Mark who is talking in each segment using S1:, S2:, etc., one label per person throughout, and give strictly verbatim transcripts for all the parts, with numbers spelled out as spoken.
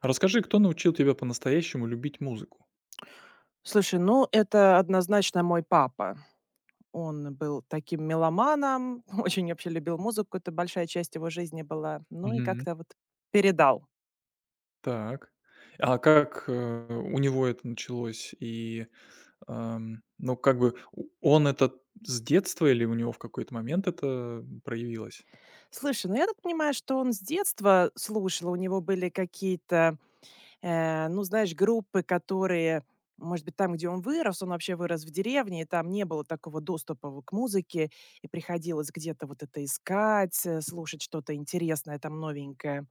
S1: Расскажи, кто научил тебя по-настоящему любить музыку?
S2: Слушай, ну, это однозначно мой папа. Он был таким меломаном, очень вообще любил музыку, это большая часть его жизни была. Ну и
S1: Мгм.
S2: как-то вот передал.
S1: Так. А как, э, у него это началось? И, ам, ну, как бы у он это с детства или у него в какой-то момент это проявилось?
S2: Слушай, ну я так понимаю, что он с детства слушал, у него были какие-то, э, ну, знаешь, группы, которые, может быть, там, где он вырос, он вообще вырос в деревне, и там не было такого доступа в- к музыке, и приходилось где-то вот это искать, э, слушать что-то интересное там новенькое.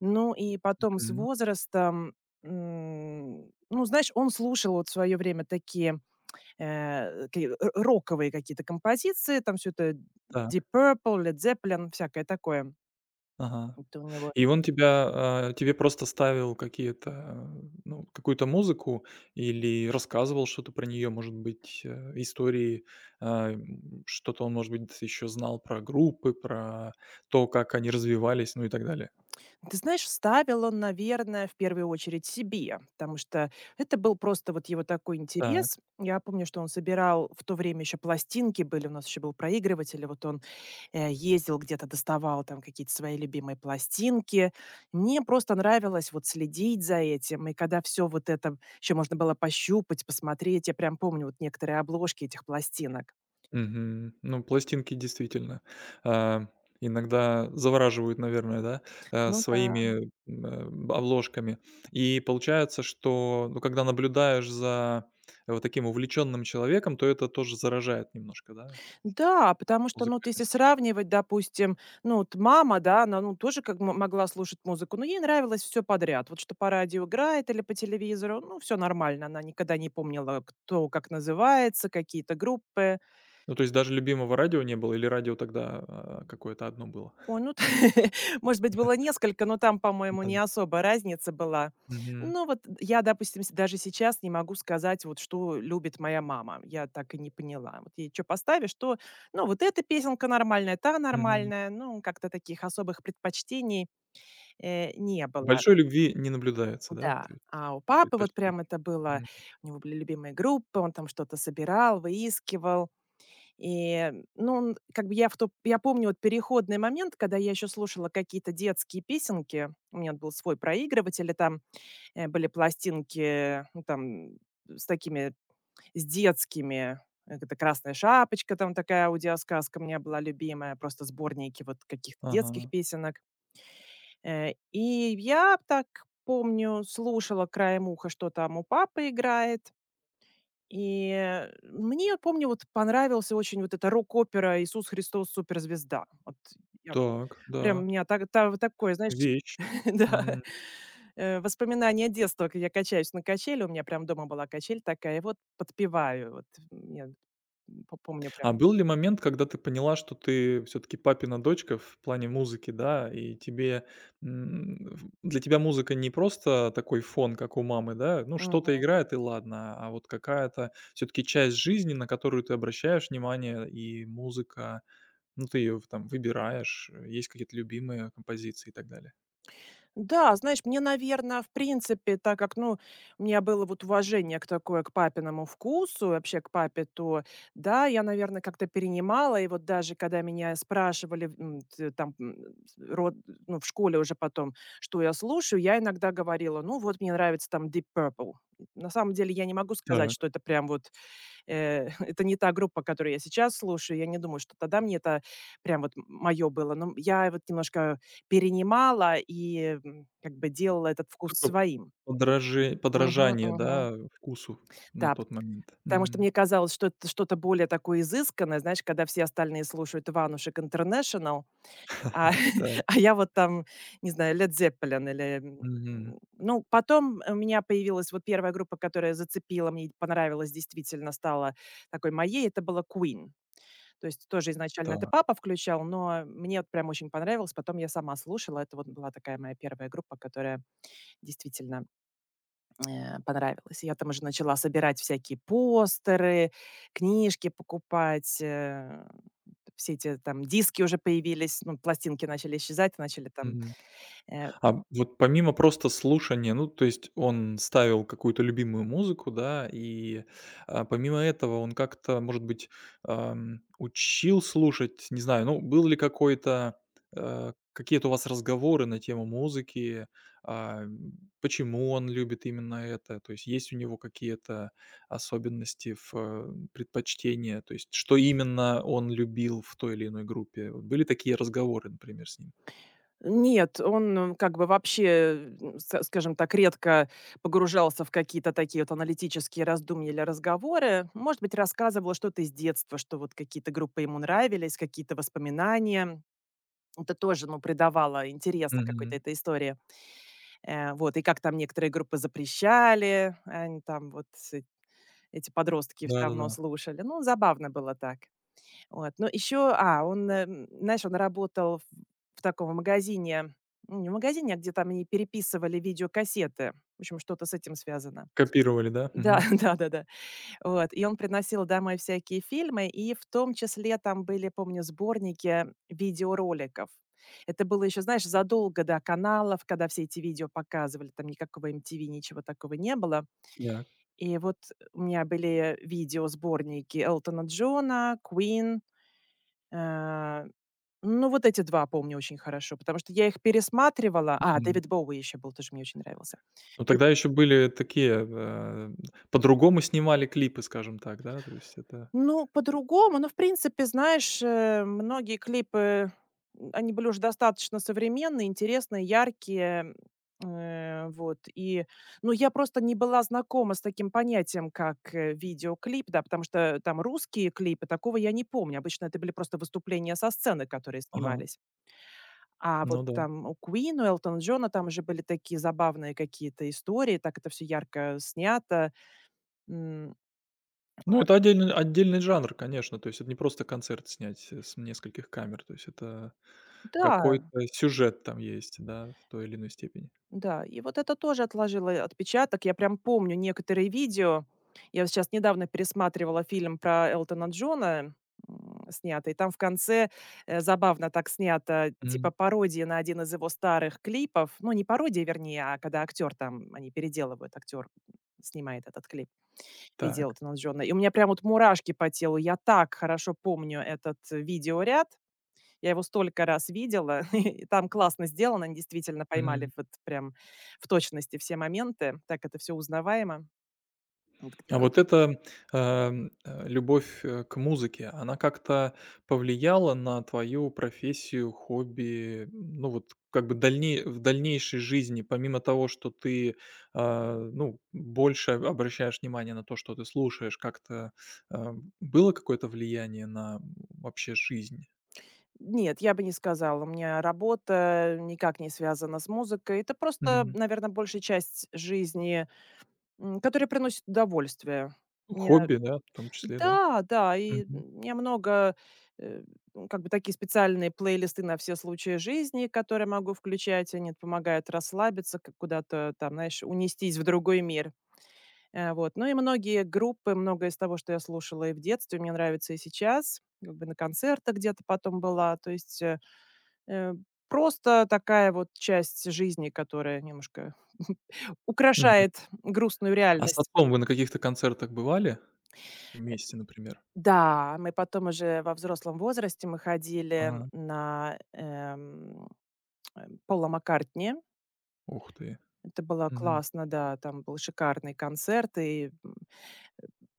S2: Ну и потом с
S1: Мгм.
S2: возрастом, м, ну, знаешь, он слушал вот в свое время такие, э, ки р роковые какие-то композиции, там все это Deep
S1: Так.
S2: Purple, Led Zeppelin, всякое такое.
S1: Ага.
S2: Это у него.
S1: И он тебя, а, тебе просто ставил какие-то, а, ну, какую-то музыку или рассказывал что-то про нее, может быть, э, истории, а, м, что-то он, может быть, еще знал про группы, про то, как они развивались, ну и так далее.
S2: Ты знаешь, ставил он, наверное, в первую очередь себе, потому что это был просто вот его такой интерес. Я помню, что он собирал в то время еще пластинки были, у нас еще был проигрыватель, и вот он э, ездил где-то, доставал там какие-то свои любимые пластинки. Мне просто нравилось вот следить за этим. И когда все вот это еще можно было пощупать, посмотреть, я прям помню вот некоторые обложки этих пластинок.
S1: Мгм. Ну, пластинки действительно, а, иногда завораживают, наверное, да, а,
S2: Ну да.
S1: своими, м, э, обложками. И получается, что, ну, когда наблюдаешь за вот таким увлеченным человеком, то это тоже заражает немножко, да,
S2: Да, потому что, ну, вот если
S1: музыкальность.
S2: сравнивать, допустим, ну, вот мама, да, она, ну, тоже как мо могла слушать музыку, но ей нравилось все подряд. Вот что по радио играет или по телевизору, ну, все нормально. Она никогда не помнила, кто как называется, какие-то группы.
S1: Ну, то есть даже любимого радио не было или радио тогда, а, какое-то одно было?
S2: Ой, ну, может быть, было несколько, но там, по-моему,
S1: Да.
S2: не особо разница была.
S1: Мгм.
S2: Ну, вот я, допустим, с- даже сейчас не могу сказать, вот что любит моя мама. Я так и не поняла. Вот ей что поставишь, то, ну, вот эта песенка нормальная, та
S1: Мгм.
S2: нормальная. Ну, как-то таких особых предпочтений э, не было.
S1: Большой любви не наблюдается, да,
S2: Да.
S1: то есть
S2: А у папы вот
S1: предпочтений.
S2: прям это было,
S1: Мгм.
S2: у него были любимые группы, он там что-то собирал, выискивал. И, ну, н как бы я в то я помню вот переходный момент, когда я еще слушала какие-то детские песенки. У меня был свой проигрыватель, и там, э, были пластинки, ну, там, э, с такими, с детскими. Э, это "Красная шапочка", там такая аудиосказка у меня была любимая, просто сборники вот каких-то детских
S1: Ага.
S2: песенок. Э, и я так помню, слушала краем уха, что там у папы играет. И, э, мне, помню, вот понравился очень вот эта рок-опера "Иисус Христос- суперзвезда". Вот я
S1: Так,
S2: прям, у
S1: да.
S2: меня так та вот такое, знаешь,
S1: Вещь.
S2: да, э, воспоминание детства, как я качаюсь на качели. У меня прям дома была качель такая, и вот подпеваю. Вот, я п помню прям.
S1: А был ли момент, когда ты поняла, что ты все таки папина дочка в плане музыки, да, и тебе, м, в для тебя музыка не просто такой фон, как у мамы, да? Ну, что-то играет и ладно, а вот какая-то все таки часть жизни, на которую ты обращаешь внимание, и музыка, ну, ты ее там выбираешь, э, есть какие-то любимые композиции и так далее.
S2: Да, знаешь, мне, наверное, в принципе, так как, ну, у меня было вот уважение к такое, к папиному вкусу, вообще к папе, то да, я, наверное, как-то перенимала. И вот даже когда меня спрашивали, м, т там, м, с род ну, в школе уже потом, что я слушаю, я иногда говорила: "Ну, вот мне нравится там Deep Purple". На самом деле я не могу сказать,
S1: Так.
S2: что это прям вот Э, это не та группа, которую я сейчас слушаю. Я не думаю, что тогда мне это прям вот м моё было. Но я вот немножко перенимала и, м, как бы делала этот вкус
S1: Такое
S2: своим.
S1: подраже
S2: Мгм,
S1: подражание,
S2: мгм.
S1: да, вкусу на
S2: Да, пт
S1: тот момент.
S2: потому что
S1: М,
S2: мне казалось, что это что-то более такое изысканное, знаешь, когда все остальные слушают Иванушек Интернешнл, а
S1: так,
S2: а я вот там, не знаю, Led Zeppelin или, м,
S1: мгм,
S2: ну, потом у меня появилась вот первая группа, которая зацепила, мне понравилась, действительно стала такой моей. Это была Queen. То есть тоже изначально это
S1: так.
S2: папа включал, но мне вот прям очень понравилось. Потом я сама слушала. Это вот была такая моя первая группа, которая действительно э, понравилась. Я там уже начала собирать всякие постеры, книжки покупать, э, все эти там диски уже появились, ну, пластинки начали исчезать, начали там э,
S1: А вот помимо просто слушания, ну, то есть он ставил какую-то любимую музыку, да, и, а, помимо этого он как-то, может быть, ам, учил слушать, не знаю, ну, был ли какой-то, э, какие-то у вас разговоры на тему музыки, а, м, почему он любит именно это, то есть есть у него какие-то особенности в, э, предпочтения, то есть что именно он любил в той или иной группе? Вот были такие разговоры, например, с ним?
S2: Нет, он, э, как бы вообще, м, ска скажем так, редко погружался в какие-то такие вот аналитические раздумья или разговоры. Может быть, рассказывал что-то из детства, что вот какие-то группы ему нравились, какие-то воспоминания. Это тоже, ну, придавало интереса какой-то этой истории. Э, вот, и как там некоторые группы запрещали, они там вот, э, эти подростки все равно
S1: Да-да-да.
S2: слушали. Ну, забавно было так. Вот, но еще, а, он, эм, знаешь, он работал в в таком магазине, ну, не в магазине, а где там они переписывали видеокассеты. В общем, что-то с этим связано.
S1: Копировали, да?
S2: Да,
S1: Мгм.
S2: да-да-да. Вот, и он приносил домой всякие фильмы, и в том числе там были, помню, сборники видеороликов. Это было еще, знаешь, задолго до каналов, когда все эти видео показывали, там никакого M T V, ничего такого не было.
S1: Так.
S2: И вот у меня были видеосборники Элтона Джона, Queen, э, ну, вот эти два помню очень хорошо, потому что я их пересматривала. А,
S1: Мгм.
S2: Дэвид Боуи еще был, тоже мне очень нравился.
S1: Ну,
S2: Э,
S1: тогда еще были такие, э, по-другому снимали клипы, скажем так, да? То есть это.
S2: ну, по-другому, ну, в принципе, знаешь, э, многие клипы, м, они были уже достаточно современные, интересные, яркие. Э, вот и, ну, я просто не была знакома с таким понятием, как, э, видеоклип, да, потому что там русские клипы, такого я не помню. Обычно это были просто выступления со сцены, которые
S1: Ага,
S2: снимались. А вот
S1: ну да.
S2: там у Queen, у Элтона Джона там уже были такие забавные какие-то истории, так это все ярко снято. М,
S1: Ну,
S2: Вот.
S1: это отдельный отдельный жанр, конечно. То есть это не просто концерт снять, э, с нескольких камер. То есть это
S2: Да,
S1: какой-то сюжет там есть, да, в той или иной степени.
S2: да, и вот это тоже отложило отпечаток. Я прям помню некоторые видео. Я вот сейчас недавно пересматривала фильм про Элтона Джона, м, снятый. Там в конце, э, забавно так снято,
S1: Мгм.
S2: типа пародия на один из его старых клипов. Ну, не пародия, вернее, а когда актер там, они переделывают, актер снимает этот клип. Видела
S1: Так.
S2: вот она с Джона. И у меня прям вот мурашки по телу. Я так хорошо помню этот видеоряд. Я его столько раз видела. И там классно сделано. Они действительно поймали
S1: Мгм.
S2: вот прям в точности все моменты. Так это все узнаваемо. Вот где
S1: А
S2: там
S1: вот эта, эм, э, любовь, э, к музыке, она как-то повлияла на твою профессию, хобби, ну вот как бы дальне в дальнейшей жизни, помимо того, что ты, а, ну, больше обращаешь внимание на то, что ты слушаешь, как-то, а, было какое-то влияние на вообще жизнь?
S2: Нет, я бы не сказала. У меня работа никак не связана с музыкой. Это просто,
S1: Мгм.
S2: наверное, большая часть жизни, м, которая приносит удовольствие.
S1: Ну, хобби, да, в том числе, да.
S2: Да, да, и
S1: Мгм.
S2: м, я много, э, ну, как бы такие специальные плейлисты на все случаи жизни, которые могу включать, они помогают расслабиться, как куда-то там, знаешь, унестись в другой мир. Э, вот. Ну и многие группы, многое из того, что я слушала и в детстве, мне нравится и сейчас, как бы на концертах где-то потом была, то есть э, э, просто такая вот часть жизни, которая немножко
S1: Мгм.
S2: украшает грустную
S1: А с
S2: реальность.
S1: отцом вы на каких-то концертах бывали вместе, например?
S2: Да, мы потом уже во взрослом возрасте мы ходили
S1: Ага.
S2: на, эм, э, Пола Маккартни.
S1: Ух ты.
S2: Это было классно, да, там был шикарный концерт, и, м,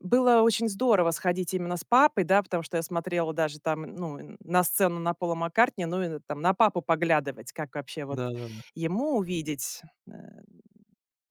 S2: было очень здорово сходить именно с папой, да, потому что я смотрела даже там, ну, н на сцену на Пола Маккартни, ну, и там на папу поглядывать, как вообще вот
S1: Да, да.
S2: ему увидеть. Э,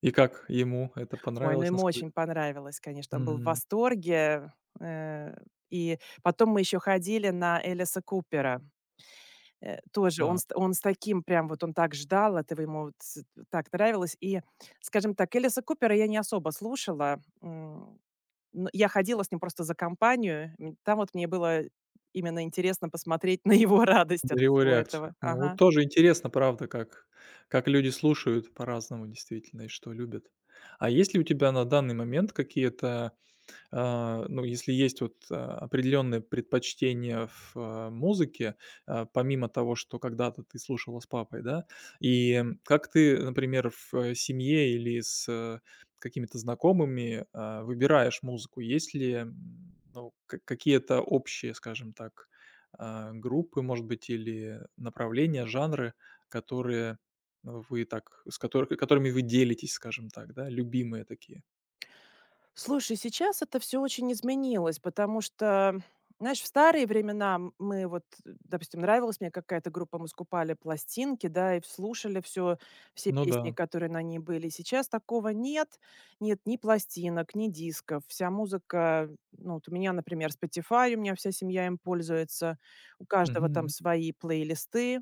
S1: И как ему это
S2: ой, ну,
S1: понравилось?
S2: ему
S1: Насколько?
S2: очень понравилось, конечно, он был в
S1: Мгм.
S2: восторге. Э, и потом мы еще ходили на Элиса Купера. Э, тоже он
S1: Да,
S2: с он с таким прям вот он так ждал этого, ему вот с так нравилось. И, скажем так, Элиса Купера я не особо слушала, м, но я ходила с ним просто за компанию. М, там вот мне было именно интересно посмотреть на его радость
S1: на
S2: от
S1: его
S2: всего
S1: реакцию.
S2: этого.
S1: Ну, вот
S2: Ага.
S1: тоже интересно, правда, как как люди слушают по-разному действительно и что любят. А есть ли у тебя на данный момент какие-то. А, ну, если есть вот, а, определенные предпочтения в, а, музыке, а, помимо того, что когда-то ты слушала с папой, да, и, м, как ты, например, в, э, семье или с, э, какими-то знакомыми, а, выбираешь музыку? Есть ли, м, ну, ка какие-то общие, скажем так, а, группы, может быть, или направления, жанры, которые вы так с котор которыми вы делитесь, скажем так, да, любимые такие?
S2: Слушай, сейчас это все очень изменилось, потому что, знаешь, в старые времена м мы вот, э, допустим, нравилась мне какая-то группа, мы скупали пластинки, да, и слушали все все
S1: Ну
S2: песни,
S1: да.
S2: которые на ней были. Сейчас такого нет. Нет ни пластинок, ни дисков. Вся музыка, ну, вот у меня, например, Spotify, у меня вся семья им пользуется. У каждого там
S1: Мгм.
S2: свои плейлисты.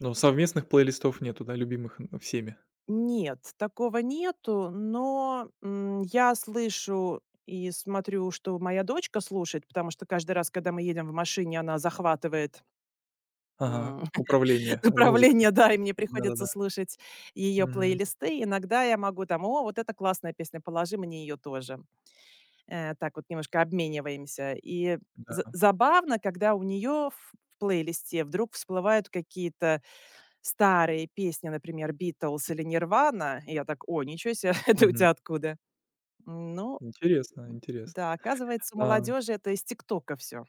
S1: Но совместных плейлистов нету, да, любимых, м, всеми?
S2: Нет, такого нету, но, м, я слышу и смотрю, что моя дочка слушает, потому что каждый раз, когда мы едем в машине, она захватывает,
S1: Ага.
S2: м,
S1: Управление, э, музыкой.
S2: направление, да, и мне
S1: Да-да-да.
S2: приходится слушать ее
S1: Мгм.
S2: плейлисты. Иногда я могу там: "О, вот это классная песня, положи мне ее тоже". Э, так вот немножко обмениваемся. И за
S1: Да.
S2: забавно, когда у нее в в плейлисте вдруг всплывают какие-то старые песни, например, Beatles или "Нирвана", и я так: "О, ничего себе, это у
S1: Мгм.
S2: тебя откуда?" Ну
S1: Интересно, интересно.
S2: да, оказывается, у
S1: А.
S2: молодежи это из "Тиктока" все.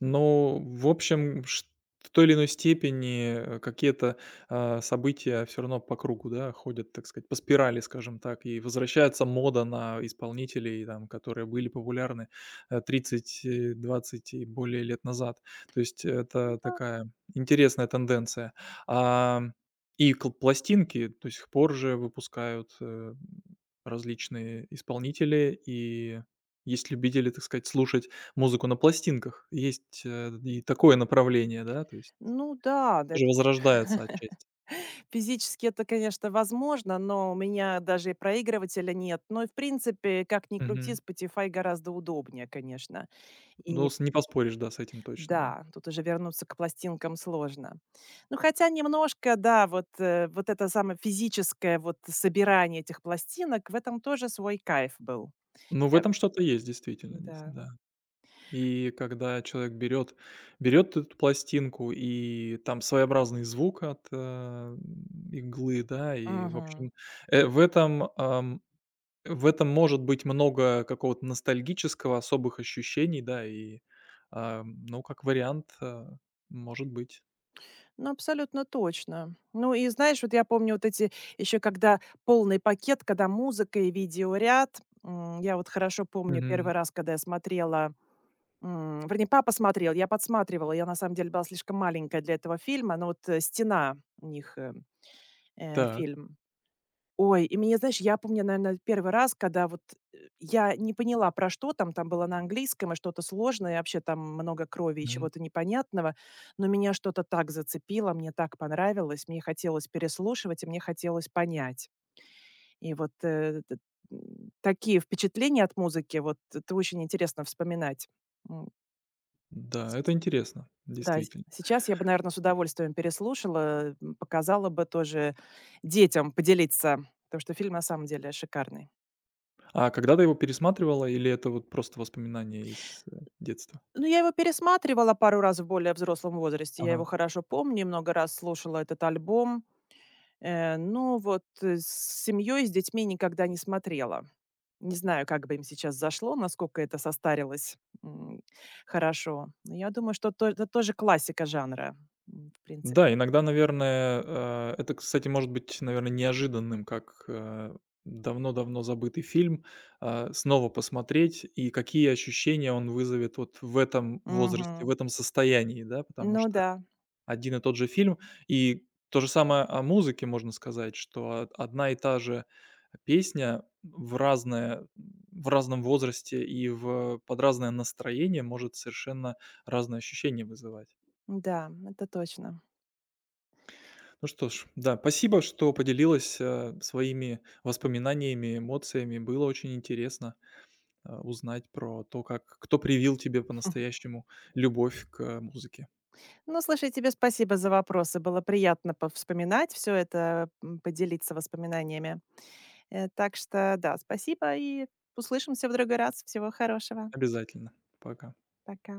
S1: Но, в общем, шт в той или иной степени, э, какие-то, а, события все равно по кругу, да, ходят, так сказать, по спирали, скажем так, и возвращается мода на исполнителей, там, которые были популярны, э, тридцать, э, двадцать и более лет назад. То есть
S2: Ну
S1: это
S2: да.
S1: такая интересная тенденция. Ам, и кл пластинки до сих пор же выпускают, э, различные исполнители, и есть любители, так сказать, слушать музыку на пластинках. Есть, э, и такое направление, да, то есть
S2: Ну да, да,
S1: тоже
S2: это
S1: возрождается отчасти.
S2: физически это, конечно, возможно, но у меня даже и проигрывателя нет. Но и, в принципе, как ни крути,
S1: Мгм.
S2: Spotify гораздо удобнее, конечно.
S1: Ну,
S2: И
S1: с не поспоришь, да, с этим точно, да.
S2: Да, тут уже вернуться к пластинкам сложно. Ну, хотя немножко, да, вот, э, вот это самое физическое вот собирание этих пластинок, в этом тоже свой кайф был.
S1: Но в
S2: Э,
S1: этом что-то есть действительно, дес
S2: да.
S1: да. И когда человек берет берет эту пластинку, и там своеобразный звук от, э, иглы, да, и, в
S2: Мгм.
S1: общем, э, в этом, ам, в этом может быть много какого-то ностальгического, особых ощущений, да, и, ам, ну, как вариант, э, может быть.
S2: Ну, абсолютно точно. Ну, и знаешь, вот я помню вот эти еще когда полный пакет, когда музыка и видеоряд. М, я вот хорошо помню
S1: Мгм.
S2: первый раз, когда я смотрела, м, вернее, папа смотрел, я подсматривала. Я на самом деле была слишком маленькая для этого фильма, но вот, э, "Стена" у них, э, э,
S1: Так,
S2: фильм. Ой, и меня, знаешь, я помню, наверное, первый раз, когда вот, э, я не поняла, про что там, там было на английском и что-то сложное, и вообще там много крови и
S1: мгм.
S2: чего-то непонятного, но меня что-то так зацепило, мне так понравилось, мне хотелось переслушивать и мне хотелось понять. И вот, э, т м, такие впечатления от музыки, вот это очень интересно вспоминать. М,
S1: Да, это
S2: с
S1: интересно,
S2: да, с
S1: действительно.
S2: сейчас я бы, наверное, с удовольствием переслушала, м, показала бы тоже детям, поделиться, потому что фильм на самом деле шикарный.
S1: А когда ты его пересматривала или это вот просто воспоминания из, э, детства?
S2: Ну, я его пересматривала пару раз в более взрослом возрасте. Я его
S1: Ага.
S2: хорошо помню, много раз слушала этот альбом. Э, но вот, э, с семьей, с детьми никогда не смотрела. Не знаю, как бы им сейчас зашло, насколько это состарилось, м, хорошо. Но я думаю, что то это тоже классика жанра, м, в принципе.
S1: Да, иногда, наверное, э, это, кстати, может быть, наверное, неожиданным, как, э, давно-давно забытый фильм, а, снова посмотреть, и какие ощущения он вызовет вот в этом возрасте, в
S2: Мгм.
S1: этом состоянии, да, потому
S2: Ну
S1: что
S2: да,
S1: один и тот же фильм. И то же самое о музыке можно сказать, что од одна и та же песня в разное в разном возрасте и в под разное настроение может совершенно разные ощущения вызывать.
S2: да, это точно.
S1: Ну что ж, да, спасибо, что поделилась, э, своими воспоминаниями, эмоциями. Было очень интересно, э, узнать про то, как кто привил тебе по-настоящему любовь к музыке.
S2: Ну, слушай, тебе спасибо за вопросы. Было приятно повспоминать все это, м, поделиться воспоминаниями. Э, так что да, спасибо и услышимся в другой раз. Всего хорошего.
S1: Обязательно. Пока.
S2: Пока.